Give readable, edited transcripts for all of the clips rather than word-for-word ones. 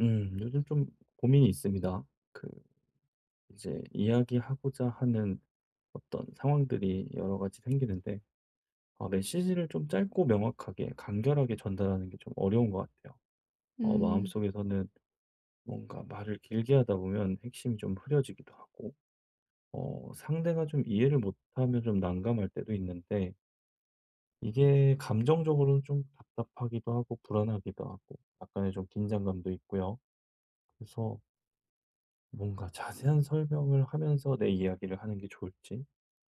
요즘 좀 고민이 있습니다. 그, 이제 이야기하고자 하는 어떤 상황들이 여러 가지 생기는데, 메시지를 좀 짧고 명확하게, 간결하게 전달하는 게 좀 어려운 것 같아요. 음. 마음속에서는 뭔가 말을 길게 하다 보면 핵심이 좀 흐려지기도 하고, 상대가 좀 이해를 못하면 좀 난감할 때도 있는데, 이게 감정적으로는 좀 답답하기도 하고, 불안하기도 하고, 약간의 좀 긴장감도 있고요. 그래서 뭔가 자세한 설명을 하면서 내 이야기를 하는 게 좋을지,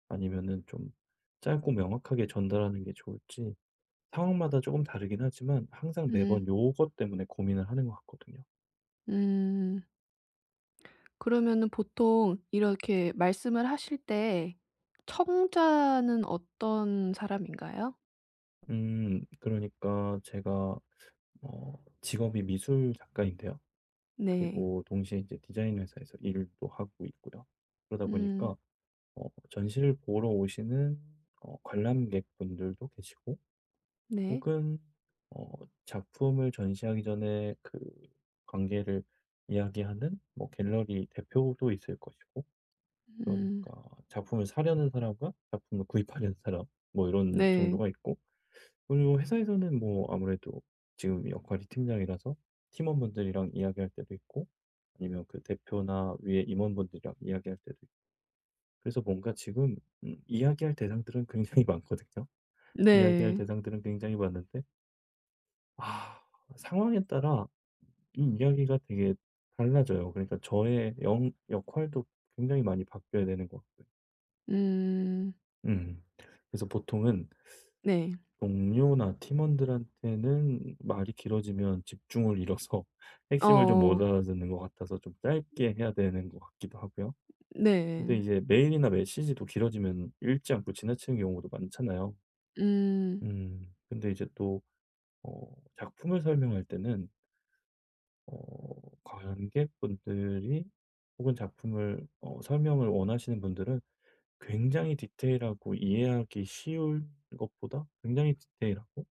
아니면은 좀 짧고 명확하게 전달하는 게 좋을지, 상황마다 조금 다르긴 하지만 항상 음. 매번 요것 때문에 고민을 하는 것 같거든요. 음. 그러면은 보통 이렇게 말씀을 하실 때 청자는 어떤 사람인가요? 그러니까 제가 직업이 미술 작가인데요. 네. 그리고 동시에 이제 디자인 회사에서 일도 하고 있고요. 그러다 음. 보니까 전시를 보러 오시는 관람객분들도 계시고, 네. 혹은 어 작품을 전시하기 전에 그 관계를 이야기하는 뭐 갤러리 대표도 있을 것이고, 음. 그러니까 작품을 사려는 사람과 작품을 구입하려는 사람, 뭐 이런 네. 정도가 있고, 그리고 회사에서는 뭐 아무래도 지금 역할이 팀장이라서 팀원분들이랑 이야기할 때도 있고, 아니면 그 대표나 위에 임원분들이랑 이야기할 때도 있고, 그래서 뭔가 지금 이야기할 대상들은 굉장히 많거든요. 이야기할 네. 대상들은 굉장히 많은데, 아, 상황에 따라 이 이야기가 되게 달라져요. 그러니까 저의 영 역할도 굉장히 많이 바뀌어야 되는 것 같고요. 음. 음. 그래서 보통은 네. 동료나 팀원들한테는 말이 길어지면 집중을 잃어서 핵심을 좀 어어. 못 알아듣는 것 같아서 좀 짧게 해야 되는 것 같기도 하고요. 근데 네. 이제 메일이나 메시지도 길어지면 읽지 않고 지나치는 경우도 많잖아요. 음. 음. 근데 이제 또 작품을 설명할 때는 어 관객분들이, 혹은 작품을 설명을 원하시는 분들은 굉장히 디테일하고 이해하기 쉬울 것보다 굉장히 디테일하고,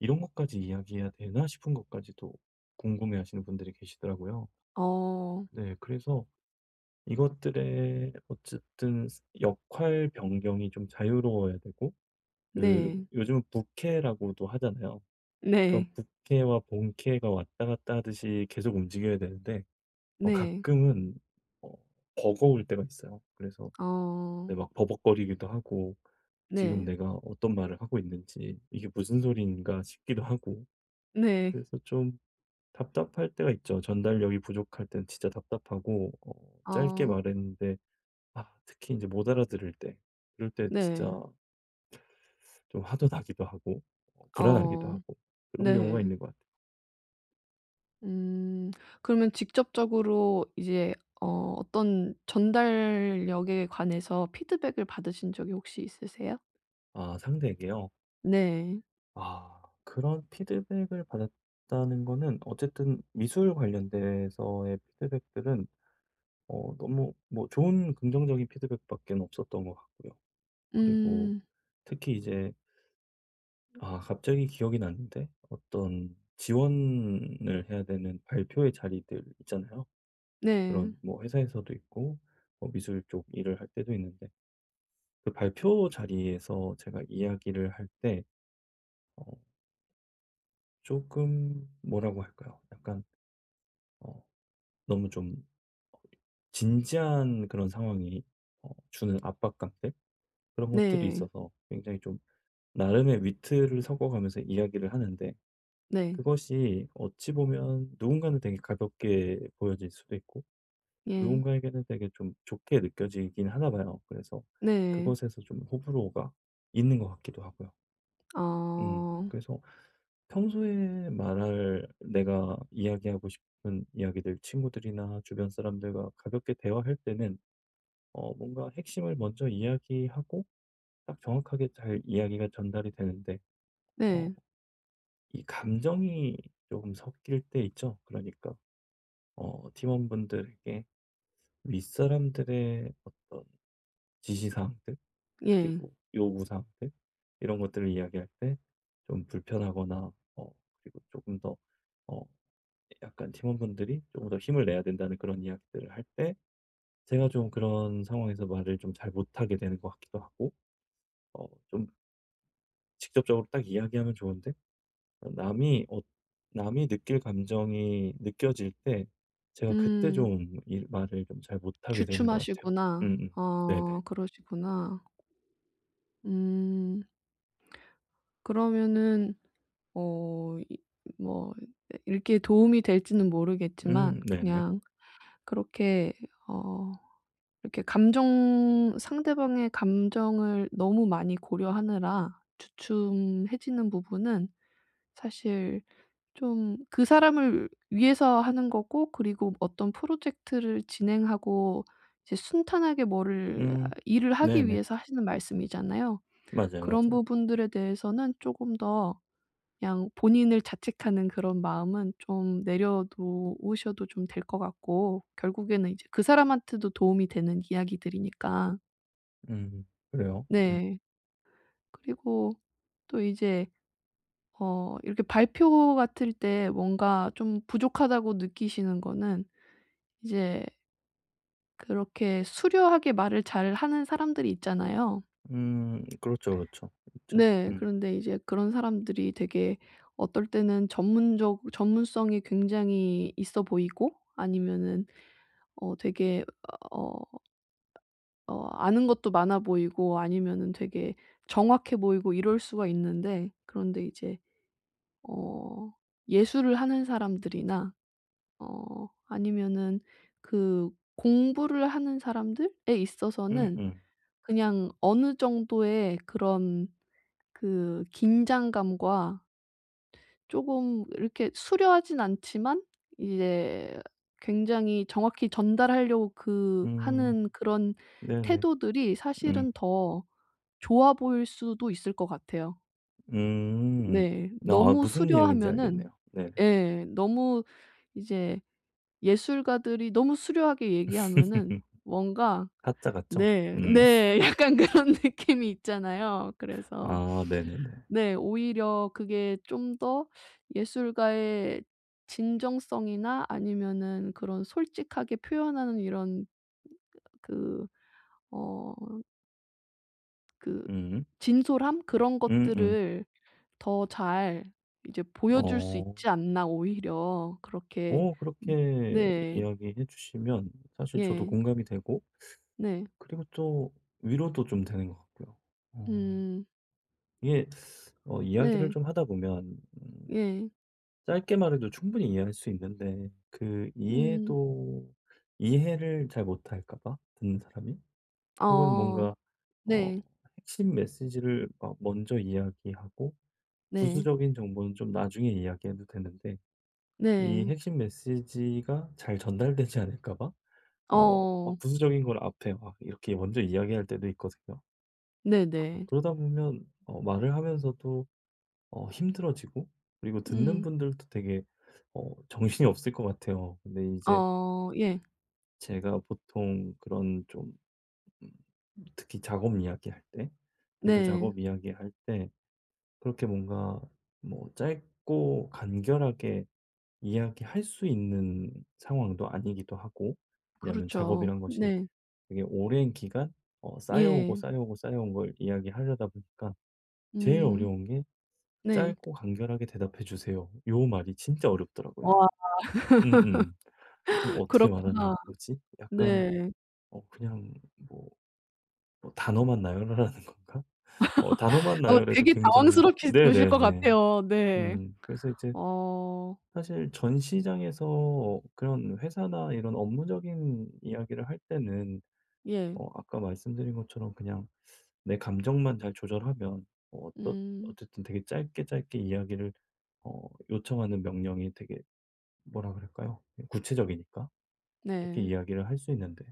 '이런 것까지 이야기해야 되나?' 싶은 것까지도 궁금해하시는 분들이 계시더라고요. 어. 네. 그래서 이것들의 어쨌든 역할 변경이 좀 자유로워야 되고, 그 네. 요즘은 부캐라고도 하잖아요. 그런 네. 부캐와 본캐가 왔다 갔다 하듯이 계속 움직여야 되는데, 네. 가끔은 어 버거울 때가 있어요. 그래서 네, 어. 막 버벅거리기도 하고, 지금 네. 내가 어떤 말을 하고 있는지, 이게 무슨 소리인가 싶기도 하고, 네. 그래서 좀 답답할 때가 있죠. 전달력이 부족할 땐 진짜 답답하고, 짧게 어. 말했는데, 아, 특히 이제 못 알아들을 때, 그럴 때 진짜 네. 좀 화도 나기도 하고, 불안하기도 어. 하고, 그런 경우가 네. 있는 것 같아요. 음. 그러면 직접적으로 이제 어 어떤 전달력에 관해서 피드백을 받으신 적이 혹시 있으세요? 아, 상대에게요? 네. 아, 그런 피드백을 받았다는 거는 어쨌든 미술 관련돼서의 피드백들은 너무 뭐 좋은 긍정적인 피드백밖에 없었던 것 같고요. 그리고 음. 특히 이제, 아, 갑자기 기억이 났는데, 어떤 지원을 해야 되는 발표의 자리들 있잖아요. 네. 그런 뭐 회사에서도 있고 뭐 미술 쪽 일을 할 때도 있는데, 그 발표 자리에서 제가 이야기를 할 때 어 조금 뭐라고 할까요? 약간 어 너무 좀 어 진지한 그런 상황이 주는 압박감들, 그런 것들이 네. 있어서 굉장히 좀 나름의 위트를 섞어가면서 이야기를 하는데, 네. 그것이 어찌 보면 누군가는 되게 가볍게 보여질 수도 있고, 예. 누군가에게는 되게 좀 좋게 느껴지긴 하나 봐요. 그래서 네. 그것에서 좀 호불호가 있는 것 같기도 하고요. 음. 어. 그래서 평소에 말할 내가 이야기하고 싶은 이야기들, 친구들이나 주변 사람들과 가볍게 대화할 때는 뭔가 핵심을 먼저 이야기하고 딱 정확하게 잘 이야기가 전달이 되는데, 어 네. 이 감정이 조금 섞일 때 있죠. 그러니까 팀원분들에게 윗사람들의 어떤 지시사항들, 예. 그리고 요구사항들, 이런 것들을 이야기할 때 좀 불편하거나, 어 그리고 조금더어 약간 팀원분들이 조금 더 힘을 내야 된다는 그런 이야기들을 할 때 제가 좀 그런 상황에서 말을 좀 잘 못하게 되는 것 같기도 하고, 좀 직접적으로 딱 이야기하면 좋은데, 어 남이 어 남이 느낄 감정이 느껴질 때 제가 그때 음. 좀 이 말을 좀 잘 못하게 되는 것 같아요. 주춤하시구나. 음음. 네네. 그러시구나. 음. 그러면은 이 뭐 이렇게 도움이 될지는 모르겠지만 네네. 그냥 그렇게 어 이렇게 감정 상대방의 감정을 너무 많이 고려하느라 주춤해지는 부분은 사실 좀 그 사람을 위해서 하는 거고, 그리고 어떤 프로젝트를 진행하고 이제 순탄하게 뭐를 아 음 일을 하기 네네. 위해서 하시는 말씀이잖아요. 맞아요, 그런 맞아요. 부분들에 대해서는 조금 더 그냥 본인을 자책하는 그런 마음은 좀 내려놓으셔도 좀 될 것 같고, 결국에는 이제 그 사람한테도 도움이 되는 이야기들이니까. 그래요. 음. 네. 그리고 또 이제 이렇게 발표 같을 때 뭔가 좀 부족하다고 느끼시는 거는 이제 그렇게 수려하게 말을 잘하는 사람들이 있잖아요. 그렇죠, 그렇죠. 있죠. 네. 음. 그런데 이제 그런 사람들이 되게 어떨 때는 전문적 전문성이 굉장히 있어 보이고, 아니면은 되게 어 아는 것도 많아 보이고, 아니면은 되게 정확해 보이고 이럴 수가 있는데, 그런데 이제 어 예술을 하는 사람들이나 아니면은 그 공부를 하는 사람들에 있어서는 음음. 그냥 어느 정도의 그런 그 긴장감과 조금 이렇게 수려하진 않지만 이제 굉장히 정확히 전달하려고 음 음, 하는 그런 네네. 태도들이 음. 사실은 더 좋아 보일 수도 있을 것 같아요. 음. 네. 아, 너무 무슨 내용인지 수려하면은 알겠네요. 네네. 예. 너무 이제 예술가들이 너무 수려하게 얘기하면은 뭔가 타자 같죠? 네. 음. 네. 약간 그런 느낌이 있잖아요. 그래서 아 네네네. 네. 오히려 그게 좀 더 예술가의 진정성이나 아니면은 그런 솔직하게 표현하는 이런 그 어 그 음. 진솔함 그런 음음. 것들을 더 잘 이제 보여줄 수 어. 있지 않나 오히려 그렇게. 음 그렇게 네. 이야기해 주시면 사실 저도 예. 공감이 되고, 네. 그리고 또 위로도 좀 되는 것 같고요. 어. 음. 이게 이야기를 네. 좀 하다 보면 예. 짧게 말해도 충분히 이해할 수 있는데, 그 음. 이해도 이해를 잘 못할까 봐 듣는 사람이? 혹은 어. 뭔가 어 네. 핵심 메시지를 막 먼저 이야기하고, 네. 부수적인 정보는 좀 나중에 이야기해도 되는데, 이 네. 핵심 메시지가 잘 전달되지 않을까 봐 어. 막 부수적인 걸 앞에 막 이렇게 먼저 이야기할 때도 있거든요. 아, 네네. 그러다 보면 말을 하면서도 힘들어지고, 그리고 듣는 음. 분들도 되게 정신이 없을 것 같아요. 근데 이제 어 예. 제가 보통 그런 좀 음 특히 작업 이야기할 때, 기술 네. 작업 이야기할 때 그렇게 뭔가 뭐 짧고 간결하게 이야기할 수 있는 상황도 아니기도 하고, 왜냐면 그렇죠. 작업이란 것이 네. 되게 오랜 기간 쌓여오고 예. 쌓여오고 쌓여온 걸 이야기하려다 보니까 제일 음. 어려운 게 네. 짧고 간결하게 대답해 주세요. 요 말이 진짜 어렵더라고요. 와 음, 음. 그래서 어떻게 말하는 그렇구나. 거지? 약간 네. 그냥 뭐 단어만 나열하라는 건가? 단어만 나열해도 되게 굉장히 당황스럽게 으실 것 네네네. 같아요. 네. 그래서 이제 어. 사실 전 시장에서 그런 회사나 이런 업무적인 이야기를 할 때는 예. 아까 말씀드린 것처럼 그냥 내 감정만 잘 조절하면 어어 음. 어쨌든 되게 짧게 짧게 이야기를 요청하는 명령이 되게 뭐라 그럴까요? 구체적이니까 그렇게 네. 이야기를 할 수 있는데,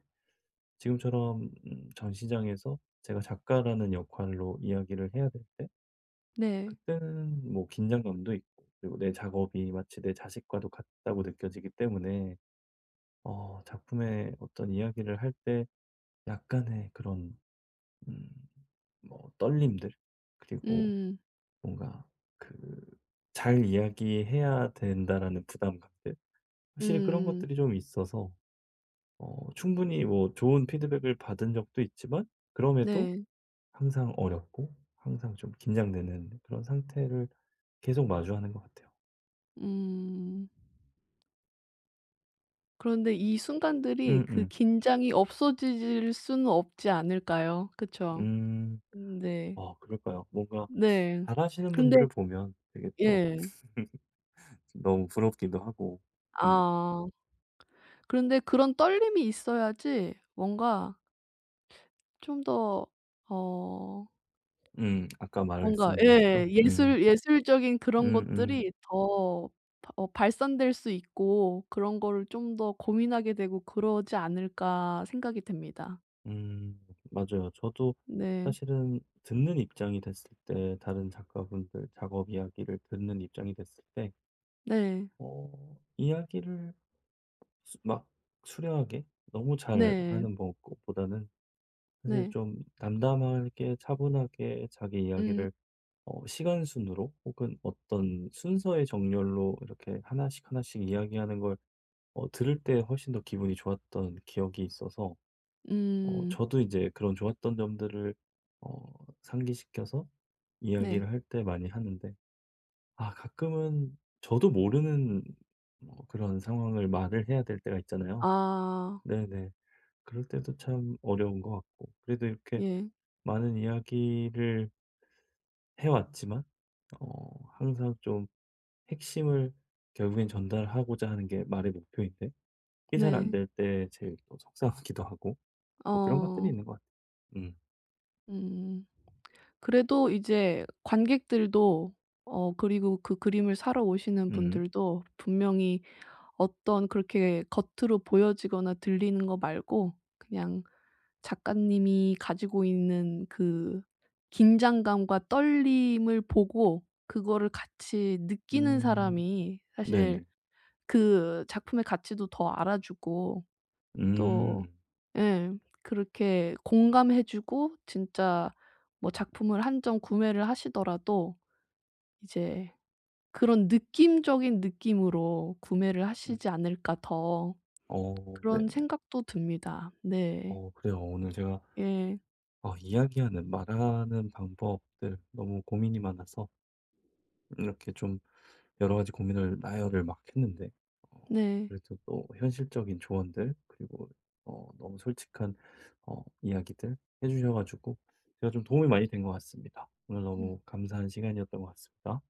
지금처럼 전 시장에서 제가 작가라는 역할로 이야기를 해야 될 때 네. 그때는 뭐 긴장감도 있고, 그리고 내 작업이 마치 내 자식과도 같다고 느껴지기 때문에 작품의 어떤 이야기를 할 때 약간의 그런 음 뭐 떨림들, 그리고 음. 뭔가 그 '잘 이야기해야 된다.'라는 부담감들, 확실히 그런 음. 것들이 좀 있어서 충분히 뭐 좋은 피드백을 받은 적도 있지만, 그럼에도 네. 항상 어렵고 항상 좀 긴장되는 그런 상태를 계속 마주하는 것 같아요. 음. 그런데 이 순간들이 그 음음. 긴장이 없어질 수는 없지 않을까요? 그쵸? 죠. 음. 네. 아, 그럴까요? 뭔가 네. 잘하시는 근데 분들을 보면 되게 또 예. 너무 부럽기도 하고. 음. 아. 그런데 그런 떨림이 있어야지 뭔가 좀 더 어 음. 아까 뭔가 말씀드렸던? 음. 예술적인 그런 음음. 음. 것들이 더 바 어 발산될 수 있고, 그런 거를 좀 더 고민하게 되고 그러지 않을까 생각이 됩니다. 맞아요. 저도 네. 사실은 듣는 입장이 됐을 때, 다른 작가분들 작업 이야기를 듣는 입장이 됐을 때 네. 이야기를 수 막 수려하게 너무 네. 잘하는 뭐 것보다는 사실 네. 좀 담담하게 차분하게 자기 음. 이야기를 시간 순으로, 혹은 어떤 순서의 정렬로 이렇게 하나씩 하나씩 이야기하는 걸 들을 때 훨씬 더 기분이 좋았던 기억이 있어서 음. 저도 이제 그런 좋았던 점들을 어 상기시켜서 네. 이야기를 할 때 많이 하는데, 아, 가끔은 저도 모르는 뭐 그런 상황을 말을 해야 될 때가 있잖아요. 아. 네네. 그럴 때도 참 어려운 것 같고, 그래도 이렇게 예. 많은 이야기를 해 왔지만, 항상 좀 핵심을 결국엔 전달하고자 하는 게 말의 목표인데, 이게 잘 안 네. 될 때 제일 또 속상하기도 하고 뭐 그런 것들이 어. 있는 것 같아요. 음. 음. 그래도 이제 관객들도 그리고 그 그림을 사러 오시는 음. 분들도 분명히 어떤, 그렇게 겉으로 보여지거나 들리는 거 말고 그냥 작가님이 가지고 있는 그 긴장감과 떨림을 보고 그거를 같이 느끼는 음. 사람이 사실 네네. 그 작품의 가치도 더 알아주고, 또 음. 예 그렇게 공감해 주고 진짜 뭐 작품을 한 점 구매를 하시더라도 이제 그런 느낌적인 느낌으로 구매를 음. 하시지 않을까 더 어 그런 네네. 생각도 듭니다. 네. 어, 그래요. 오늘 제가 예. 이야기하는 말하는 방법들 너무 고민이 많아서 이렇게 좀 여러 가지 고민을 나열을 막 했는데, 어 네. 그래도 또 현실적인 조언들, 그리고 너무 솔직한 이야기들 해 주셔 가지고 제가 좀 도움이 많이 된 것 같습니다. 오늘 음. 너무 감사한 시간이었던 것 같습니다.